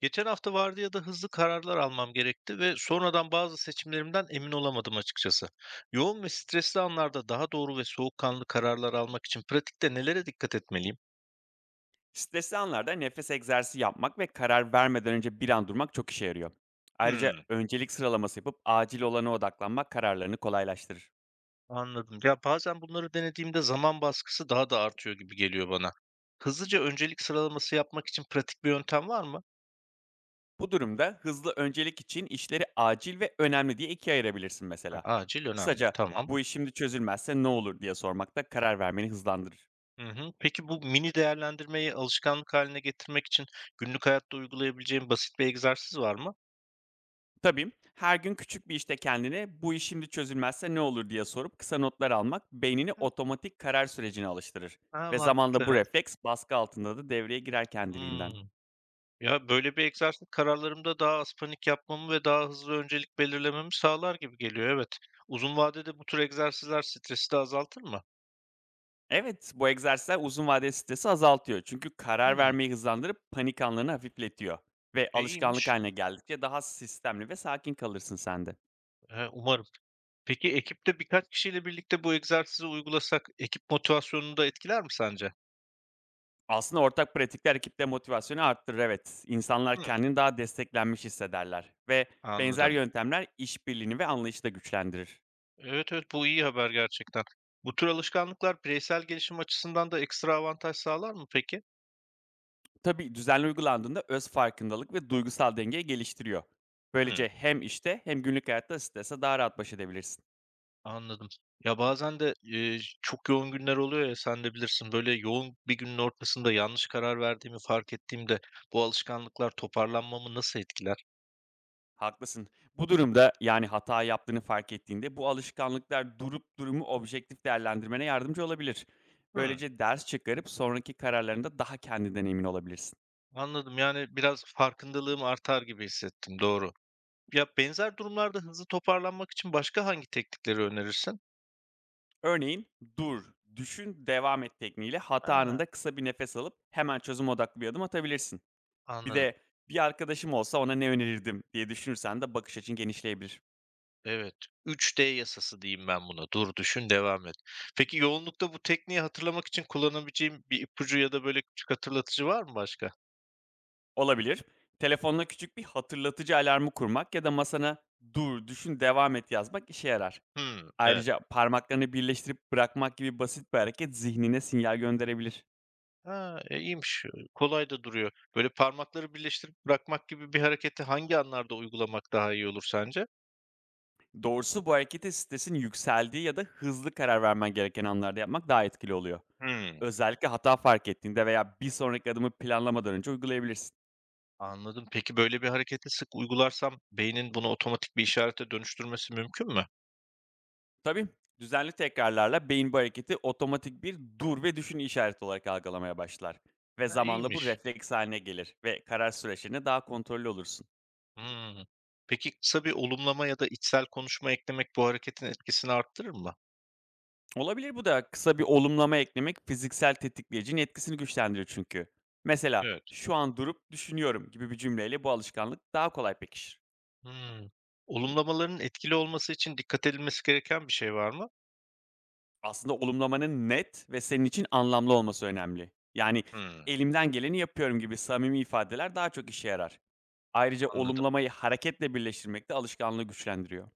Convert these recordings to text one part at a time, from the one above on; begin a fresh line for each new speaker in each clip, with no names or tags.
Geçen hafta vardiyada hızlı kararlar almam gerekti ve sonradan bazı seçimlerimden emin olamadım açıkçası. Yoğun ve stresli anlarda daha doğru ve soğukkanlı kararlar almak için pratikte nelere dikkat etmeliyim?
Stresli anlarda nefes egzersizi yapmak ve karar vermeden önce bir an durmak çok işe yarıyor. Ayrıca
Hmm,
öncelik sıralaması yapıp acil olana odaklanmak kararlarını kolaylaştırır.
anladım. Ya bazen bunları denediğimde zaman baskısı daha da artıyor gibi geliyor bana. Hızlıca öncelik sıralaması yapmak için pratik bir yöntem var mı?
Bu durumda hızlı öncelik için işleri acil ve önemli diye ikiye ayırabilirsin
Ha,
mesela.
acil önemli.
Kısaca
Tamam.
bu iş şimdi çözülmezse ne olur diye sormak da karar vermeni hızlandırır.
Hı hı. Peki bu mini değerlendirmeyi alışkanlık haline getirmek için günlük hayatta uygulayabileceğim basit bir egzersiz var mı?
Tabii her gün küçük bir işte kendine bu iş şimdi çözülmezse ne olur diye sorup kısa notlar almak beynini otomatik karar sürecine alıştırır.
Ha,
Ve zamanla bu
mantıklı.
refleks baskı altında da devreye girer kendiliğinden.
Hımm. Ya, böyle bir egzersiz kararlarımda daha az panik yapmamı ve daha hızlı öncelik belirlememi sağlar gibi geliyor, evet. Uzun vadede bu tür egzersizler stresi de azaltır mı?
Evet, bu egzersizler uzun vadeli stresi azaltıyor. Çünkü karar
Hımm.
vermeyi hızlandırıp panik anlarını hafifletiyor. Ve
E,
alışkanlık
iyiymiş.
haline geldikçe daha sistemli ve sakin kalırsın sen de.
Umarım. Peki ekipte birkaç kişiyle birlikte bu egzersizi uygulasak ekip motivasyonunu da etkiler mi sence?
Aslında ortak pratikler ekipte motivasyonu arttırır evet. İnsanlar
Hımm.
kendini daha desteklenmiş hissederler. Ve benzer
Anladım.
yöntemler işbirliğini ve anlayışı da güçlendirir.
Evet, evet, bu iyi haber gerçekten. Bu tür alışkanlıklar bireysel gelişim açısından da ekstra avantaj sağlar mı peki?
Tabii düzenli uygulandığında öz farkındalık ve duygusal dengeyi geliştiriyor.
Hımm.
Böylece hem işte hem günlük hayatta strese daha rahat baş edebilirsin.
Anladım. Ya, bazen de, çok yoğun günler oluyor ya, sen de bilirsin. Böyle yoğun bir günün ortasında yanlış karar verdiğimi fark ettiğimde bu alışkanlıklar toparlanmamı nasıl etkiler?
Haklısın. Bu durumda, yani, hata yaptığını fark ettiğinde bu alışkanlıklar durup durumu objektif değerlendirmene yardımcı olabilir.
Hıı,
Böylece ders çıkarıp sonraki kararlarında daha kendinden emin olabilirsin.
anladım. Yani biraz farkındalığım artar gibi hissettim, doğru. Ya, benzer durumlarda hızlı toparlanmak için başka hangi teknikleri önerirsin?
Örneğin "dur, düşün, devam et" tekniğiyle hata
A!
anında kısa bir nefes alıp hemen çözüm odaklı bir adım atabilirsin. Bir
Anladım.
de "Bir arkadaşım olsa ona ne önerirdim?" diye düşünürsen de bakış açın genişleyebilir.
Evet. Üç d yasası diyeyim ben buna. Dur, düşün, devam et. Peki yoğunlukta bu tekniği hatırlamak için kullanabileceğim bir ipucu ya da böyle küçük hatırlatıcı var mı başka?
Olabilir, telefonuna küçük bir hatırlatıcı alarmı kurmak ya da masana "dur, düşün, devam et" yazmak işe yarar.
Hımm, evet.
Ayrıca parmaklarını birleştirip bırakmak gibi basit bir hareket zihnine sinyal gönderebilir.
Ha, e, iyiymiş. Kolay da duruyor. Böyle parmakları birleştirip bırakmak gibi bir hareketi hangi anlarda uygulamak daha iyi olur sence?
Doğrusu bu hareketi stresin yükseldiği ya da hızlı karar vermen gereken anlarda yapmak daha etkili oluyor.
Hımm,
Özellikle hata fark ettiğinde veya bir sonraki adımı planlamadan önce uygulayabilirsin.
anladım. Peki böyle bir hareketi sık uygularsam beynin bunu otomatik bir işarete dönüştürmesi mümkün mü?
Tabii düzenli tekrarlarla beyin bu hareketi otomatik bir dur ve düşün işareti olarak algılamaya başlar. Ve
Ha,
zamanla bu
iyiymiş.
refleks haline gelir ve karar süreçlerinde daha kontrollü olursun.
Hımm. Peki kısa bir olumlama ya da içsel konuşma eklemek bu hareketin etkisini arttırır mı?
Olabilir bu da. Kısa bir olumlama eklemek fiziksel tetikleyicinin etkisini güçlendirir çünkü. Mesela
Evet.
"şu an durup düşünüyorum" gibi bir cümleyle bu alışkanlık daha kolay pekişir.
Hımm. Olumlamaların etkili olması için dikkat edilmesi gereken bir şey var mı?
Aslında olumlamanın net ve senin için anlamlı olması önemli. Yani
Hımm,
"elimden geleni yapıyorum" gibi samimi ifadeler daha çok işe yarar. Ayrıca
anladım.
olumlamayı hareketle birleştirmek de alışkanlığı güçlendiriyor.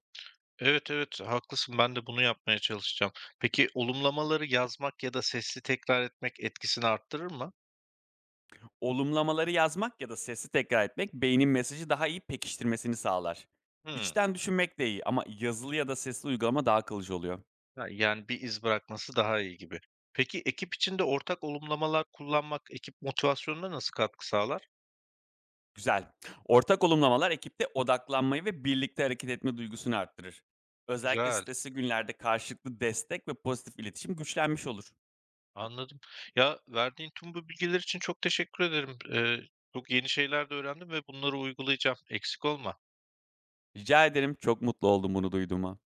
Evet, evet, haklısın. Ben de bunu yapmaya çalışacağım. Peki olumlamaları yazmak ya da sesli tekrar etmek etkisini arttırır mı?
Olumlamaları yazmak ya da sesli tekrar etmek beynin mesajı daha iyi pekiştirmesini sağlar.
Hımm.
İçten düşünmek de iyi ama yazılı ya da sesli uygulama daha kalıcı oluyor.
Ha, yani bir iz bırakması daha iyi gibi. Peki ekip içinde ortak olumlamalar kullanmak ekip motivasyonuna nasıl katkı sağlar?
Güzel. Ortak olumlamalar ekipte odaklanmayı ve birlikte hareket etme duygusunu arttırır. Özellikle
Güzel,
stresli günlerde karşılıklı destek ve pozitif iletişim güçlenmiş olur.
anladım. Ya, verdiğin tüm bu bilgiler için çok teşekkür ederim. Çok yeni şeyler de öğrendim ve bunları uygulayacağım. Eksik olma.
Rica ederim. Çok mutlu oldum bunu duyduğuma.